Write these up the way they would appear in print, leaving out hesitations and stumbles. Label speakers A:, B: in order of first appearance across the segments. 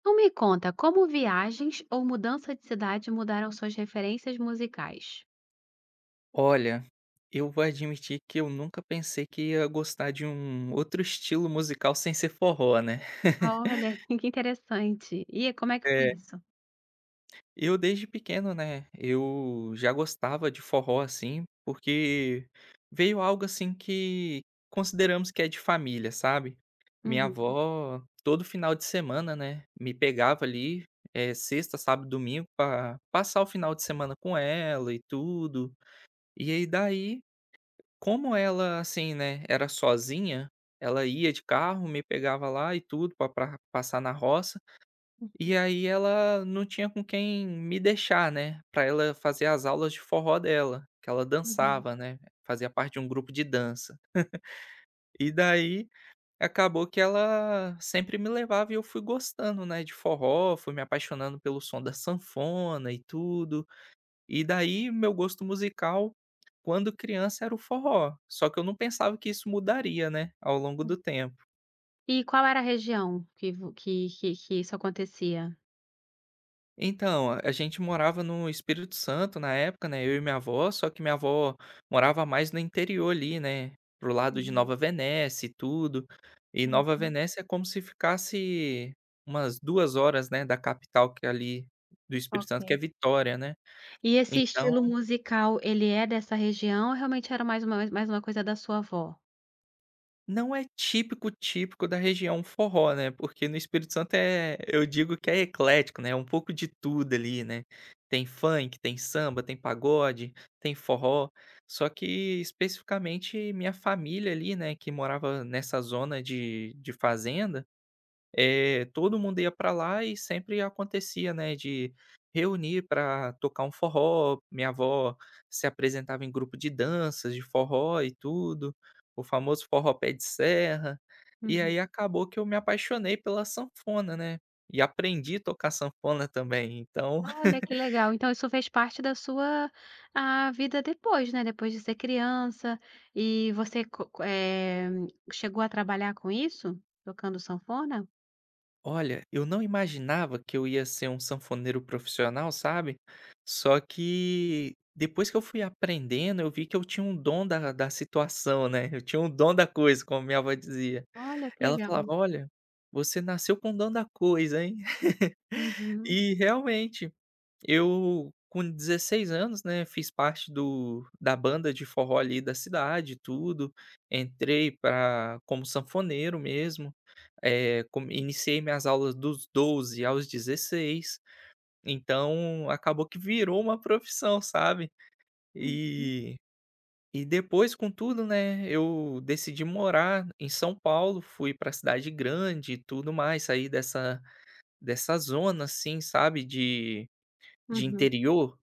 A: Então me conta, como viagens ou mudança de cidade mudaram suas referências musicais?
B: Olha, eu vou admitir que eu nunca pensei que ia gostar de um outro estilo musical sem ser forró, né.
A: Olha, que interessante. E como é que foi
B: Eh,
A: isso?
B: eu desde pequeno, né, eu já gostava de forró, assim, porque veio algo, assim, que consideramos que é de família, sabe. Minha
A: Uhum.
B: avó, todo final de semana, né, me pegava ali, sexta, sábado, domingo, pra passar o final de semana com ela e tudo. E aí daí Como ela, assim, né, era sozinha, ela ia de carro, me pegava lá e tudo pra passar na roça, e aí ela não tinha com quem me deixar, né, pra ela fazer as aulas de forró dela, que ela
A: Uhum.
B: dançava, né, fazia parte de um grupo de dança. E daí, acabou que ela sempre me levava e eu fui gostando, né, de forró, fui me apaixonando pelo som da sanfona e tudo. E daí meu gosto musical, quando criança, era o forró, só que eu não pensava que isso mudaria, né, ao longo do tempo.
A: E qual era a região que vo que isso acontecia?
B: Então, a gente morava no Espírito Santo na época, né, eu e minha avó, só que minha avó morava mais no interior ali, né, pro lado de
A: Uhum.
B: Nova Venécia e tudo. E Nova
A: Uhum.
B: Venécia é como se ficasse umas 2 horas, né, da capital que é ali do Espírito Santo, que é
A: Ok.
B: Vitória, né.
A: E esse
B: Então,
A: estilo musical, ele é dessa região ou realmente era mais uma coisa da sua avó?
B: não é típico, típico da região forró, né, porque no Espírito Santo eu digo que é eclético, né, é um pouco de tudo ali, né. Tem funk, tem samba, tem pagode, tem forró, só que especificamente minha família ali, né, que morava nessa zona de fazenda, todo mundo ia para lá e sempre acontecia, né, de reunir para tocar um forró. Minha avó se apresentava em grupo de danças, de forró e tudo, o famoso forró pé de serra. E aí
A: Uhum.
B: acabou que eu me apaixonei pela sanfona, né, e aprendi a tocar sanfona também, então.
A: Olha, que legal. Então isso fez parte da sua, a vida depois, né, depois de ser criança e você chegou a trabalhar com isso? Tocando sanfona?
B: Olha, eu não imaginava que eu ia ser um sanfoneiro profissional, sabe. Só que depois que eu fui aprendendo, eu vi que eu tinha um dom da situação, né, eu tinha um dom da coisa, como minha avó dizia.
A: Olha, que
B: Ela
A: legal.
B: falava: "Olha, você nasceu com o dom da coisa, hein".
A: Uhum,
B: E realmente, eu com 16 anos, né, fiz parte do da banda de forró ali da cidade tudo, entrei pra como sanfoneiro mesmo. Eh, com Iniciei minhas aulas dos 12 aos 16, então acabou que virou uma profissão, sabe.
A: uhum,
B: E e depois contudo, né, eu decidi morar em São Paulo, fui pra cidade grande e tudo mais, saí dessa zona, assim, sabe, de
A: uhum.
B: interior,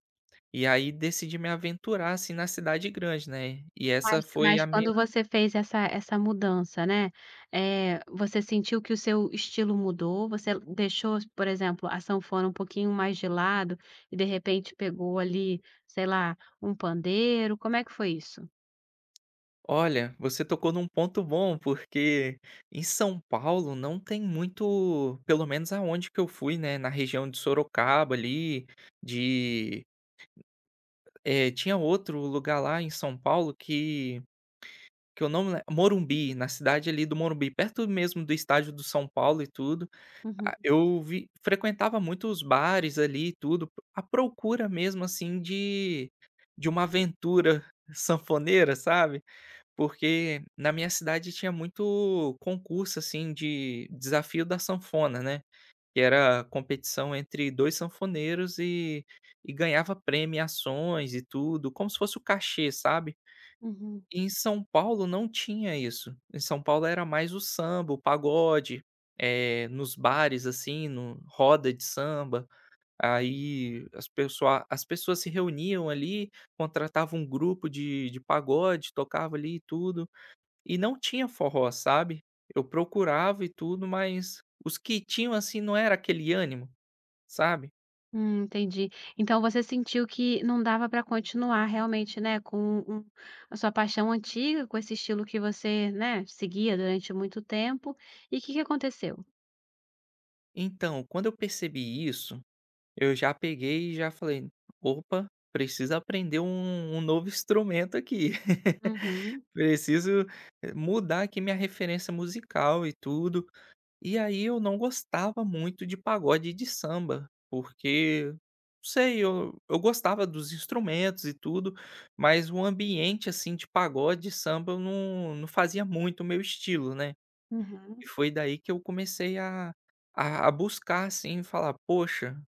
B: e aí decidi me aventurar, assim, na cidade grande, né. E essa
A: Mas
B: foi
A: mas
B: a.
A: quando você fez essa mudança, né, você sentiu que o seu estilo mudou? Você deixou, por exemplo, a sanfona um pouquinho mais de lado e de repente pegou ali, sei lá, um pandeiro, como é que foi isso?
B: Olha, você tocou num ponto bom, porque em São Paulo não tem muito, pelo menos aonde que eu fui, né, na região de Sorocaba ali, de tinha outro lugar lá em São Paulo que eu não me le Morumbi, na cidade ali do Morumbi, perto mesmo do estádio do São Paulo e tudo.
A: Uhum.
B: Ah, eu vi frequentava muito os bares ali e tudo, à procura mesmo, assim, de uma aventura sanfoneira, sabe? Porque na minha cidade tinha muito concurso, assim, de desafio da sanfona, né, que era competição entre 2 sanfoneiros e ganhava premiações e tudo, como se fosse o cachê, sabe.
A: Uhum.
B: E em São Paulo não tinha isso. Em São Paulo era mais o samba, o pagode, nos bares, assim, no roda de samba, aí as pessoas se reuniam ali, contratavam um grupo de pagode, tocava ali e tudo. E não tinha forró, sabe. Eu procurava e tudo, mas os que tinham, assim, não era aquele ânimo, sabe.
A: Entendi. Então você sentiu que não dava para continuar realmente, né, com a sua paixão antiga, com esse estilo que você, né, seguia durante muito tempo. E o que que aconteceu?
B: Então, quando eu percebi isso, eu já peguei e já falei: "Opa, preciso aprender um novo instrumento aqui.
A: Uhum,
B: Preciso mudar aqui minha referência musical e tudo". E aí eu não gostava muito de pagode e de samba, porque, sei, eu gostava dos instrumentos e tudo, mas o ambiente assim de pagode e samba eu não, não fazia muito o meu estilo, né?
A: uhum.
B: E foi daí que eu comecei a buscar assim, falar, poxa,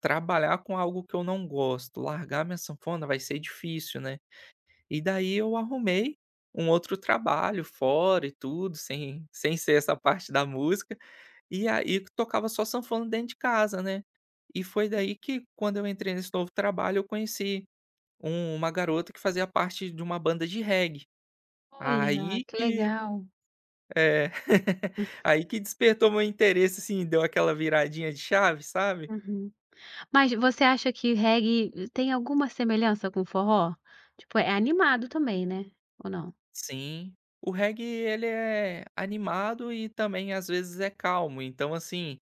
B: trabalhar com algo que eu não gosto, largar minha sanfona vai ser difícil, né? E daí eu arrumei um outro trabalho fora e tudo, sem ser essa parte da música, e aí tocava só sanfona dentro de casa, né. E foi daí que quando eu entrei nesse novo trabalho eu conheci uma garota que fazia parte de uma banda de reggae.
A: Olha,
B: Aí
A: que
B: que
A: legal.
B: é, aí que despertou meu interesse, assim, deu aquela viradinha de chave, sabe?
A: Uhum. Mas você acha que reggae tem alguma semelhança com forró? Tipo, é animado também, né, ou não?
B: Sim. O reggae ele é animado e também às vezes é calmo, então assim,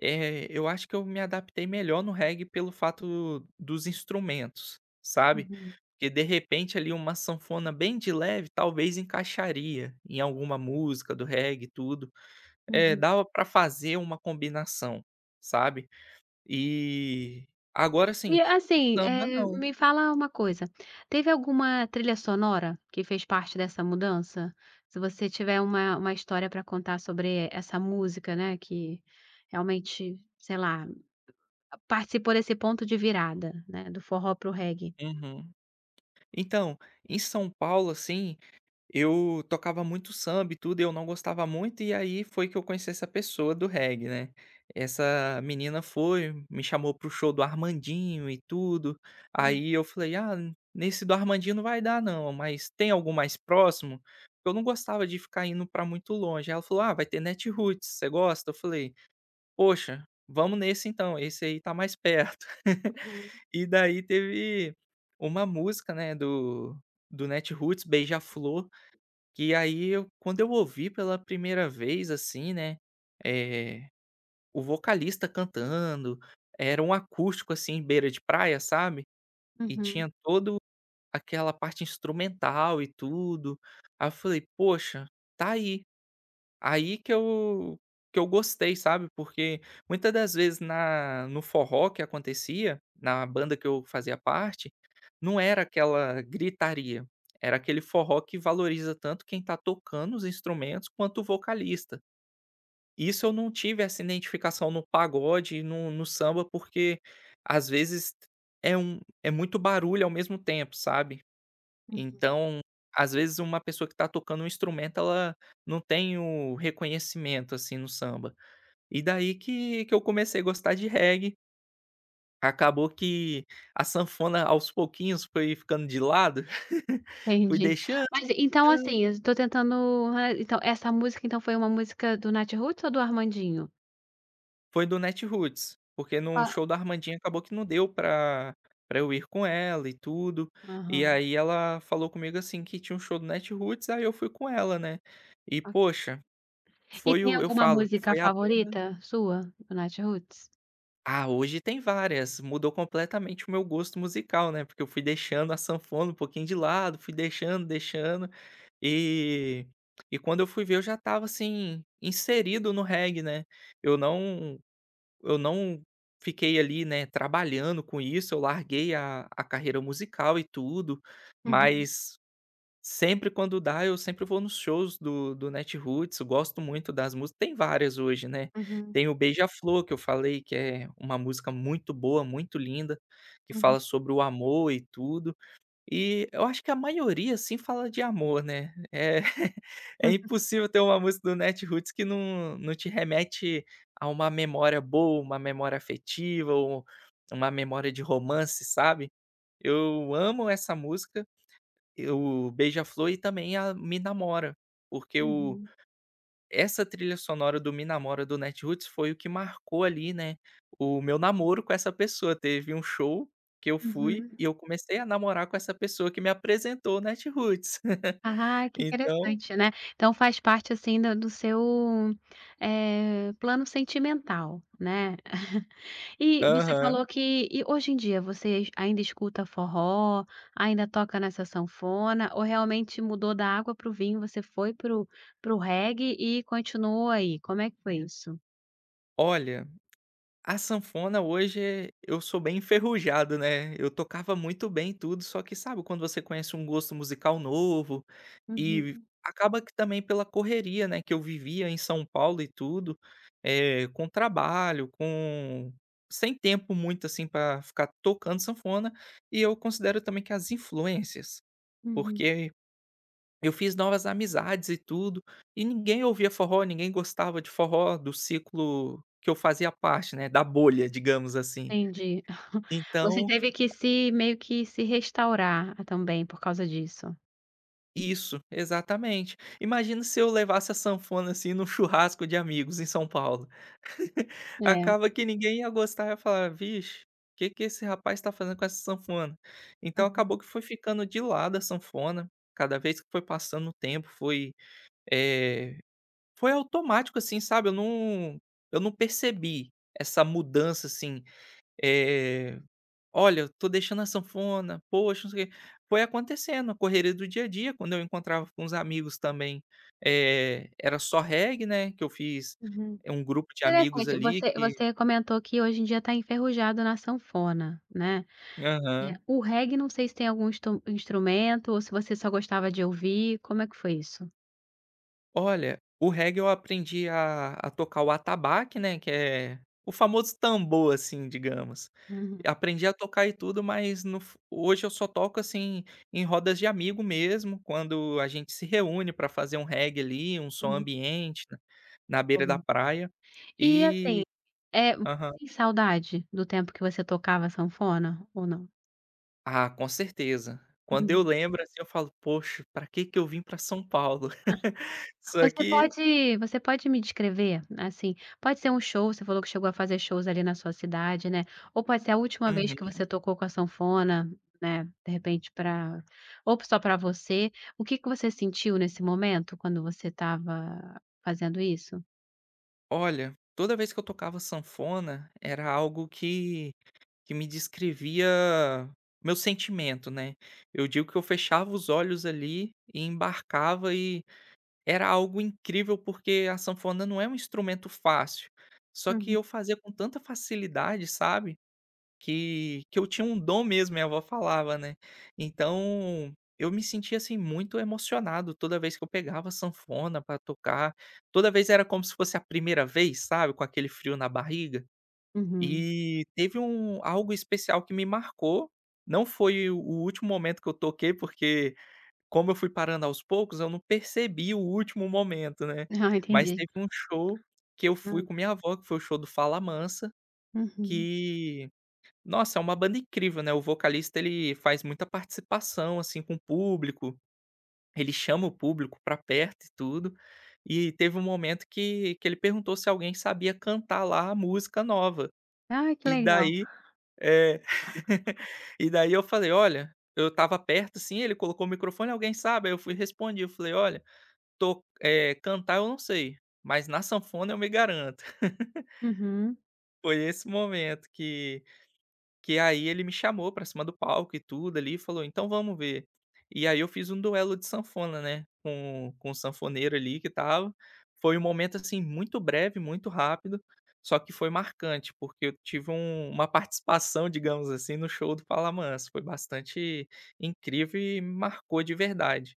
B: eu acho que eu me adaptei melhor no reggae pelo fato dos instrumentos, sabe.
A: Uhum,
B: Que de repente ali uma sanfona bem de leve talvez encaixaria em alguma música do reggae e tudo, é
A: uhum.
B: dava pra fazer uma combinação, sabe. E agora assim,
A: E
B: o
A: assim,
B: samba não.
A: me fala uma coisa, teve alguma trilha sonora que fez parte dessa mudança? Se você tiver uma história para contar sobre essa música, né, que realmente, sei lá, participou desse ponto de virada, né, do forró pro o reggae.
B: Uhum. Então, em São Paulo assim, eu tocava muito samba e tudo, e eu não gostava muito, e aí foi que eu conheci essa pessoa do reggae, né. Essa menina foi, me chamou pro show do Armandinho e tudo, aí eu falei: "Ah, nesse do Armandinho não vai dar não, mas tem algum mais próximo?" Eu não gostava de ficar indo pra muito longe. Aí ela falou: "Ah, vai ter Netroots, você gosta?" Eu falei: "Poxa, vamos nesse então, esse aí tá mais perto".
A: Uhum,
B: E daí teve uma música, né, do Netroots, Beija-Flor, que aí eu quando eu ouvi pela primeira vez, assim, né, eh, o vocalista cantando, era um acústico, assim, beira de praia, sabe, e
A: uhum,
B: tinha todo aquela parte instrumental e tudo. Aí eu falei: "Poxa, tá aí". Aí que eu gostei, sabe, porque muitas das vezes na no forró que acontecia, na banda que eu fazia parte, não era aquela gritaria, era aquele forró que valoriza tanto quem tá tocando os instrumentos quanto o vocalista. Isso eu não tive essa identificação no pagode e no samba, porque às vezes é muito barulho ao mesmo tempo, sabe.
A: uhum,
B: Então, às vezes uma pessoa que está tocando um instrumento, ela não tem o reconhecimento, assim, no samba. E daí que eu comecei a gostar de reggae, acabou que a sanfona aos pouquinhos foi ficando de lado, fui
A: entendi.
B: deixando.
A: Mas então, assim, eu tô tentando ah, então essa música, então, foi uma música do Natiruts ou do Armandinho?
B: Foi do Netroots, porque no
A: Qua
B: show da Armandinha acabou que não deu pra eu ir com ela e tudo, e
A: aham,
B: aí ela falou comigo, assim, que tinha um show do Netroots, aí eu fui com ela, né. E
A: ok.
B: poxa,
A: E
B: foi
A: tem
B: o eu
A: alguma
B: falo,
A: música
B: foi a banda.
A: favorita sua, do Natiruts?
B: Ah, hoje tem várias. Mudou completamente o meu gosto musical, né, porque eu fui deixando a sanfona um pouquinho de lado, fui deixando, deixando, e e quando eu fui ver eu já estava, assim, inserido no reggae, né. Eu não eu não fiquei ali, né, trabalhando com isso, eu larguei a carreira musical e tudo,
A: Uhum,
B: mas sempre quando dá, eu sempre vou nos shows do Netroots, eu gosto muito das músicas, tem várias hoje, né.
A: uhum,
B: Tem o Beija-Flor, que eu falei, que é uma música muito boa, muito linda, que
A: uhum,
B: fala sobre o amor e tudo. E eu acho que a maioria, assim, fala de amor, né. É é impossível ter uma música do Netroots que não te remete a uma memória boa, uma memória afetiva ou uma memória de romance, sabe. Eu amo essa música, o Beija-Flor, e também a Me Namora, porque o
A: uhum,
B: essa trilha sonora do Me Namora do Netroots foi o que marcou ali, né, o meu namoro com essa pessoa. Teve um show que eu fui
A: uhum.
B: e eu comecei a namorar com essa pessoa que me apresentou o Natiruts.
A: Ah, que
B: Então
A: interessante, né. Então faz parte, assim, da do seu, plano sentimental, né. E você
B: aham.
A: falou que hoje em dia você ainda escuta forró, ainda toca nessa sanfona ou realmente mudou da água para o vinho, você foi para o reggae e continuou aí, como é que foi isso?
B: Olha, a sanfona hoje eu sou bem enferrujado, né, eu tocava muito bem tudo, só que sabe quando você conhece um gosto musical novo, e
A: Uhum,
B: acaba que também pela correria, né, que eu vivia em São Paulo e tudo, com trabalho, com sem tempo muito, assim, para ficar tocando sanfona, e eu considero também que as influências,
A: uhum.
B: porque eu fiz novas amizades e tudo, e ninguém ouvia forró, ninguém gostava de forró do ciclo que eu fazia parte, né, da bolha, digamos assim.
A: Entendi. Você
B: Então
A: teve que se meio que se restaurar ah, também por causa disso.
B: isso, exatamente. Imagina se eu levasse a sanfona, assim, num churrasco de amigos em São Paulo.
A: É.
B: Acaba que ninguém ia gostar, ia falar: "Vixe, o que que esse rapaz está fazendo com essa sanfona?". Então
A: Aham.
B: acabou que foi ficando de lado a sanfona, cada vez que foi passando o tempo foi, eh foi automático, assim, sabe, eu não percebi essa mudança, assim, eh, "Olha, eu tô deixando a sanfona, poxa, não sei o quê". Foi acontecendo, a correria do dia a dia, quando eu encontrava com os amigos também, era só reggae, né, que eu fiz.
A: Uhum.
B: É um grupo de amigos
A: Interessante,
B: ali
A: você
B: que.
A: você comentou que hoje em dia está enferrujado na sanfona, né. O reggae não sei se tem algum instrumento ou se você só gostava de ouvir, como é que foi isso?
B: Olha, o reggae eu aprendi a tocar o atabaque, né, que é o famoso tambor, assim, digamos.
A: Uhum,
B: Aprendi a tocar e tudo, mas no f hoje eu só toco, assim, em rodas de amigo mesmo, quando a gente se reúne para fazer um reggae ali, um som
A: uhum,
B: ambiente, na beira da
A: bom.
B: praia.
A: E
B: E
A: assim, você
B: aham.
A: tem saudade do tempo que você tocava sanfona ou não?
B: Ah, com certeza. Quando eu
A: Uhum.
B: lembro, assim, eu falo: "Poxa, pra que que eu vim pra São Paulo?" Só
A: Você
B: que.
A: pode você pode me descrever, assim, pode ser um show, você falou que chegou a fazer shows ali na sua cidade, né, ou pode ser a última vez
B: Uhum.
A: que você tocou com a sanfona, né, de repente para, ou só para você. O que que você sentiu nesse momento quando você estava fazendo isso?
B: Olha, toda vez que eu tocava sanfona, era algo que me descrevia meu sentimento, né. Eu digo que eu fechava os olhos ali e embarcava e era algo incrível, porque a sanfona não é um instrumento fácil, só que
A: Uhum,
B: eu fazia com tanta facilidade, sabe. Que eu tinha um dom mesmo, minha avó falava, né. Então, eu me sentia, assim, muito emocionado toda vez que eu pegava a sanfona para tocar, toda vez era como se fosse a primeira vez, sabe, com aquele frio na barriga.
A: uhum.
B: E teve um algo especial que me marcou, não foi o último momento que eu toquei, porque como eu fui parando aos poucos, eu não percebi o último momento, né.
A: Ah,
B: Mas
A: entendi.
B: teve um show que eu
A: Hã,
B: fui com minha avó, que foi o show do Fala Mansa,
A: uhum.
B: que nossa, é uma banda incrível, né, o vocalista ele faz muita participação, assim, com o público, ele chama o público pra perto e tudo. E teve um momento que ele perguntou se alguém sabia cantar lá a música nova.
A: Ah, que
B: E
A: legal.
B: daí é. E daí eu falei: "Olha", eu estava perto, assim, ele colocou o microfone: "Alguém sabe?" Aí eu fui e respondi, eu falei: "Olha, cantar eu não sei, mas na sanfona eu me garanto".
A: Uhum.
B: Foi esse momento que. Que aí ele me chamou pra cima do palco e tudo ali e falou: "Então vamos ver". E aí eu fiz um duelo de sanfona, né, com o sanfoneiro ali que estava. Foi um momento, assim, muito breve, muito rápido, só que foi marcante, porque eu tive uma participação, digamos assim, no show do Falamansa. Foi bastante incrível e me marcou de verdade.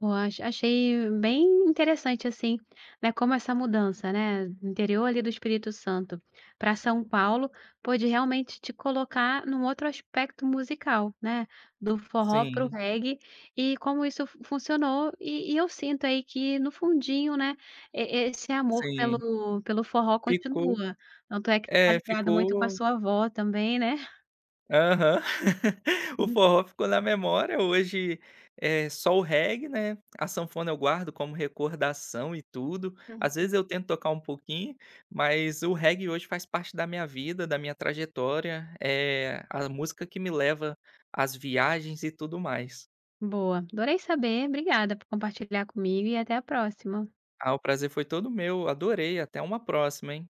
A: Eu achei bem interessante, assim, né, como essa mudança, né, do interior ali do Espírito Santo para São Paulo, pôde realmente te colocar num outro aspecto musical, né, do forró pro
B: Sim,
A: reggae e como isso fu funcionou. E eu sinto aí que no fundinho, né, e esse amor
B: sim.
A: pelo forró
B: Ficou
A: continua, tanto é que tá
B: é,
A: ligado muito com a
B: ficou
A: sua avó também, né.
B: Aham. O forró ficou na memória, hoje é só o reggae, né, a sanfona eu guardo como recordação e tudo. Às vezes eu tento tocar um pouquinho, mas o reggae hoje faz parte da minha vida, da minha trajetória, é a música que me leva às viagens e tudo mais.
A: Boa, adorei saber, obrigada por compartilhar comigo e até a próxima.
B: Ah, o prazer foi todo meu, adorei, até uma próxima, hein.